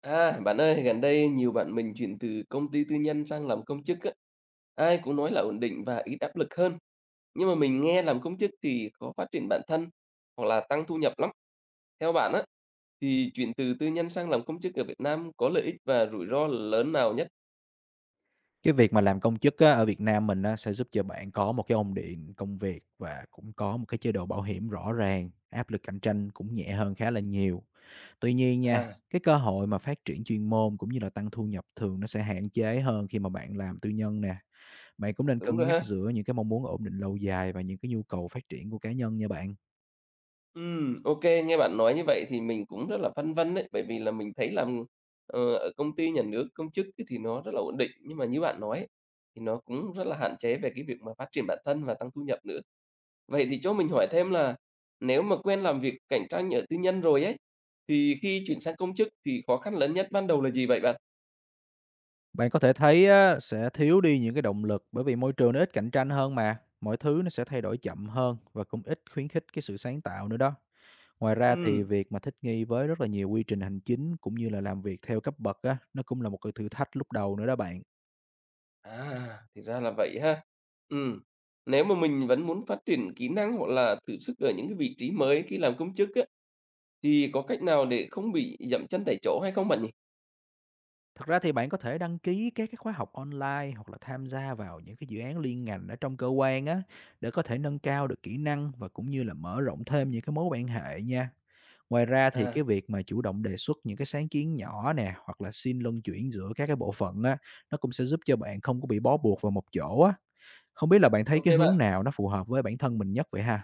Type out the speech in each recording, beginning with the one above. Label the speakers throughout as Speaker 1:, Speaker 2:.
Speaker 1: À, bạn ơi, gần đây nhiều bạn mình chuyển từ công ty tư nhân sang làm công chức á. Ai cũng nói là ổn định và ít áp lực hơn. Nhưng mà mình nghe làm công chức thì khó phát triển bản thân hoặc là tăng thu nhập lắm. Theo bạn á, thì chuyển từ tư nhân sang làm công chức ở Việt Nam có lợi ích và rủi ro lớn nào nhất?
Speaker 2: Cái việc mà làm công chức á, ở Việt Nam mình á, sẽ giúp cho bạn có một cái ổn định công việc và cũng có một cái chế độ bảo hiểm rõ ràng, áp lực cạnh tranh cũng nhẹ hơn khá là nhiều. Tuy nhiên nha,
Speaker 1: À,
Speaker 2: cái cơ hội mà phát triển chuyên môn cũng như là tăng thu nhập thường nó sẽ hạn chế hơn khi mà bạn làm tư nhân nè. Bạn cũng nên
Speaker 1: đúng
Speaker 2: cân
Speaker 1: rồi
Speaker 2: nhắc
Speaker 1: ha.
Speaker 2: giữa những cái mong muốn ổn định lâu dài và những cái nhu cầu phát triển của cá nhân nha bạn.
Speaker 1: Ok, nghe bạn nói như vậy thì mình cũng rất là phân vân đấy, bởi vì là mình thấy là, ờ, ở công ty nhà nước, công chức ấy thì nó rất là ổn định, nhưng mà như bạn nói ấy, thì nó cũng rất là hạn chế về cái việc mà phát triển bản thân và tăng thu nhập nữa. Vậy thì cho mình hỏi thêm là nếu mà quen làm việc cạnh tranh ở tư nhân rồi ấy, thì khi chuyển sang công chức thì khó khăn lớn nhất ban đầu là gì vậy bạn?
Speaker 2: Bạn có thể thấy á, sẽ thiếu đi những cái động lực bởi vì môi trường nó ít cạnh tranh hơn mà. Mọi thứ nó sẽ thay đổi chậm hơn và cũng ít khuyến khích cái sự sáng tạo nữa đó. Ngoài ra thì
Speaker 1: Ừm,
Speaker 2: việc mà thích nghi với rất là nhiều quy trình hành chính cũng như là làm việc theo cấp bậc á, nó cũng là một cái thử thách lúc đầu nữa đó bạn.
Speaker 1: à, thì ra là vậy ha. Ừm, nếu mà mình vẫn muốn phát triển kỹ năng hoặc là thử sức ở những cái vị trí mới khi làm công chức á, thì có cách nào để không bị dậm chân tại chỗ hay không bạn nhỉ?
Speaker 2: Thật ra thì bạn có thể đăng ký các cái khóa học online hoặc là tham gia vào những cái dự án liên ngành ở trong cơ quan á để có thể nâng cao được kỹ năng và cũng như là mở rộng thêm những cái mối quan hệ nha. Ngoài ra thì cái
Speaker 1: À,
Speaker 2: việc mà chủ động đề xuất những cái sáng kiến nhỏ nè hoặc là xin luân chuyển giữa các cái bộ phận á nó cũng sẽ giúp cho bạn không có bị bó buộc vào một chỗ á. Không biết là bạn thấy
Speaker 1: ok
Speaker 2: cái
Speaker 1: bạn.
Speaker 2: hướng nào nó phù hợp với bản thân mình nhất vậy ha?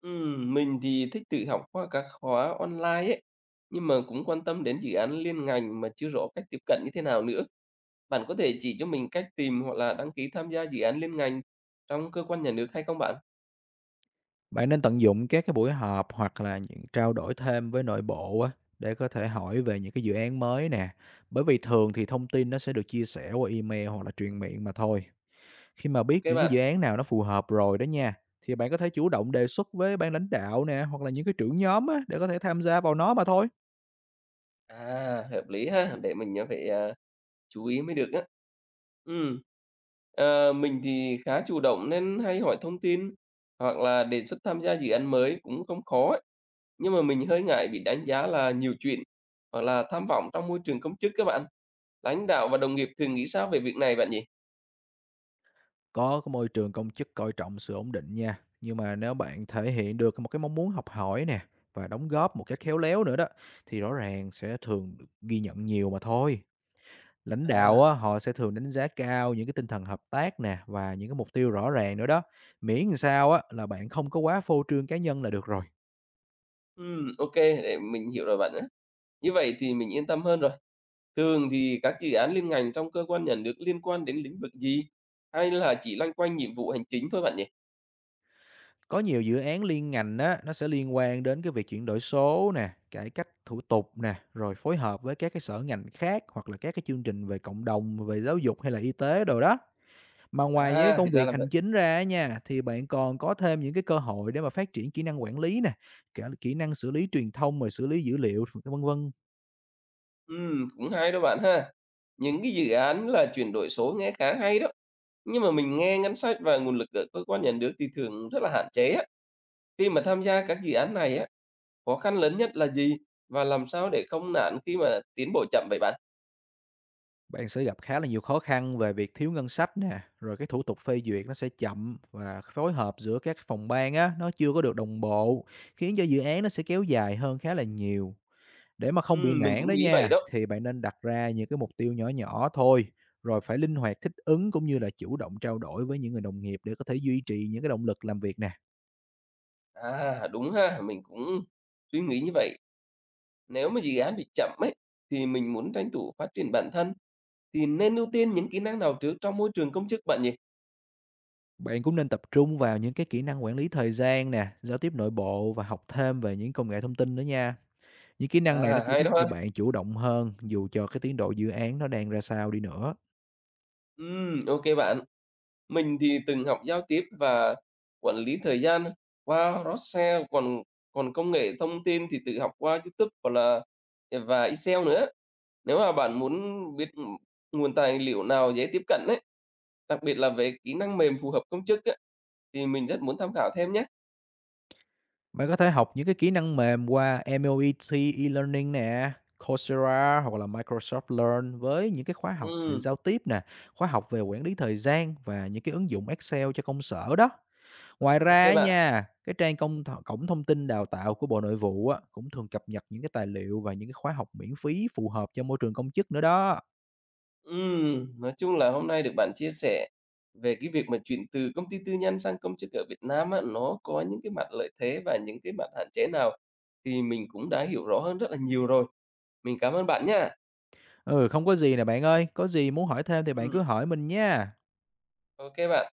Speaker 1: Mình thì thích tự học qua các khóa online ấy, nhưng mà cũng quan tâm đến dự án liên ngành mà chưa rõ cách tiếp cận như thế nào nữa. Bạn có thể chỉ cho mình cách tìm hoặc là đăng ký tham gia dự án liên ngành trong cơ quan nhà nước hay không bạn?
Speaker 2: Bạn nên tận dụng các cái buổi họp hoặc là những trao đổi thêm với nội bộ á, để có thể hỏi về những cái dự án mới nè. Bởi vì thường thì thông tin nó sẽ được chia sẻ qua email hoặc là truyền miệng mà thôi. Khi mà
Speaker 1: Ok
Speaker 2: biết những cái
Speaker 1: bạn.
Speaker 2: dự án nào nó phù hợp rồi đó nha, thì bạn có thể chủ động đề xuất với ban lãnh đạo nè hoặc là những cái trưởng nhóm á, để có thể tham gia vào nó mà thôi.
Speaker 1: À, hợp lý ha, để mình, à, phải, à chú ý mới được á. Ừm. Ờ, mình thì khá chủ động nên hay hỏi thông tin hoặc là đề xuất tham gia dự án mới cũng không khó ấy. Nhưng mà mình hơi ngại bị đánh giá là nhiều chuyện hoặc là tham vọng trong môi trường công chức các bạn. Lãnh đạo và đồng nghiệp thường nghĩ sao về việc này bạn nhỉ?
Speaker 2: Có cái môi trường công chức coi trọng sự ổn định nha. Nhưng mà nếu bạn thể hiện được một cái mong muốn học hỏi nè và đóng góp một cách khéo léo nữa đó, thì rõ ràng sẽ thường được ghi nhận nhiều mà thôi. Lãnh đạo
Speaker 1: À,
Speaker 2: á, họ sẽ thường đánh giá cao những cái tinh thần hợp tác nè và những cái mục tiêu rõ ràng nữa đó. Miễn làm sao á là bạn không có quá phô trương cá nhân là được rồi.
Speaker 1: OK, để mình hiểu rồi bạn nhé. Như vậy thì mình yên tâm hơn rồi. Thường thì các dự án liên ngành trong cơ quan nhà nước liên quan đến lĩnh vực gì? Hay là chỉ loanh quanh nhiệm vụ hành chính thôi bạn nhỉ?
Speaker 2: Có nhiều dự án liên ngành á, nó sẽ liên quan đến cái việc chuyển đổi số nè, cải cách thủ tục nè, rồi phối hợp với các cái sở ngành khác hoặc là các cái chương trình về cộng đồng, về giáo dục hay là y tế đồ đó. Mà ngoài những cái
Speaker 1: À, thì
Speaker 2: công
Speaker 1: ra là
Speaker 2: việc hành
Speaker 1: vậy.
Speaker 2: chính ra á nha, thì bạn còn có thêm những cái cơ hội để mà phát triển kỹ năng quản lý nè, cả kỹ năng xử lý truyền thông rồi xử lý dữ liệu vân vân.
Speaker 1: Cũng hay đó bạn ha. Những cái dự án là chuyển đổi số nghe khá hay đó, nhưng mà mình nghe ngân sách và nguồn lực ở cơ quan nhà nước thì thường rất là hạn chế á. Khi mà tham gia các dự án này á, khó khăn lớn nhất là gì? Và làm sao để không nản khi mà tiến bộ chậm vậy bạn?
Speaker 2: Bạn sẽ gặp khá là nhiều khó khăn về việc thiếu ngân sách nè, rồi cái thủ tục phê duyệt nó sẽ chậm và phối hợp giữa các phòng ban á nó chưa có được đồng bộ, khiến cho dự án nó sẽ kéo dài hơn khá là nhiều. Để mà không bị
Speaker 1: Mình
Speaker 2: nản
Speaker 1: cũng
Speaker 2: đó
Speaker 1: nghĩ vậy
Speaker 2: nha,
Speaker 1: đó.
Speaker 2: thì bạn nên đặt ra những cái mục tiêu nhỏ nhỏ thôi, rồi phải linh hoạt thích ứng cũng như là chủ động trao đổi với những người đồng nghiệp để có thể duy trì những cái động lực làm việc nè.
Speaker 1: À, đúng ha, mình cũng suy nghĩ như vậy. Nếu mà dự án bị chậm ấy, thì mình muốn tranh thủ phát triển bản thân, thì nên ưu tiên những kỹ năng nào trước trong môi trường công chức bạn nhỉ?
Speaker 2: Bạn cũng nên tập trung vào những cái kỹ năng quản lý thời gian nè, giao tiếp nội bộ và học thêm về những công nghệ thông tin nữa nha. Những kỹ năng này nó
Speaker 1: À,
Speaker 2: sẽ
Speaker 1: hay
Speaker 2: giúp
Speaker 1: đó
Speaker 2: cho
Speaker 1: ha.
Speaker 2: bạn chủ động hơn dù cho cái tiến độ dự án nó đang ra sao đi nữa.
Speaker 1: Ok bạn. Mình thì từng học giao tiếp và quản lý thời gian qua Rossell, còn còn công nghệ thông tin thì tự học qua YouTube hoặc là ờ, và Excel nữa. Nếu mà bạn muốn biết, nguồn tài liệu nào dễ tiếp cận đấy, đặc biệt là về kỹ năng mềm phù hợp công chức á, thì mình rất muốn tham khảo thêm nhé.
Speaker 2: Bạn có thể học những cái kỹ năng mềm qua MOET e-learning nè, Coursera hoặc là Microsoft Learn với những cái khóa học về
Speaker 1: Ừm,
Speaker 2: giao tiếp nè, khóa học về quản lý thời gian và những cái ứng dụng Excel cho công sở đó. Ngoài ra
Speaker 1: ô
Speaker 2: á
Speaker 1: bạn.
Speaker 2: nha, cái trang cổng thông tin đào tạo của Bộ Nội vụ á, cũng thường cập nhật những cái tài liệu và những cái khóa học miễn phí phù hợp cho môi trường công chức nữa đó.
Speaker 1: Nói chung là hôm nay được bạn chia sẻ về cái việc mà chuyển từ công ty tư nhân sang công chức ở Việt Nam á, nó có những cái mặt lợi thế và những cái mặt hạn chế nào, thì mình cũng đã hiểu rõ hơn rất là nhiều rồi. Mình cảm ơn bạn nhá.
Speaker 2: Ừ, không có gì nè bạn ơi, có gì muốn hỏi thêm thì bạn
Speaker 1: Ừm,
Speaker 2: cứ hỏi mình nha.
Speaker 1: ô bạn.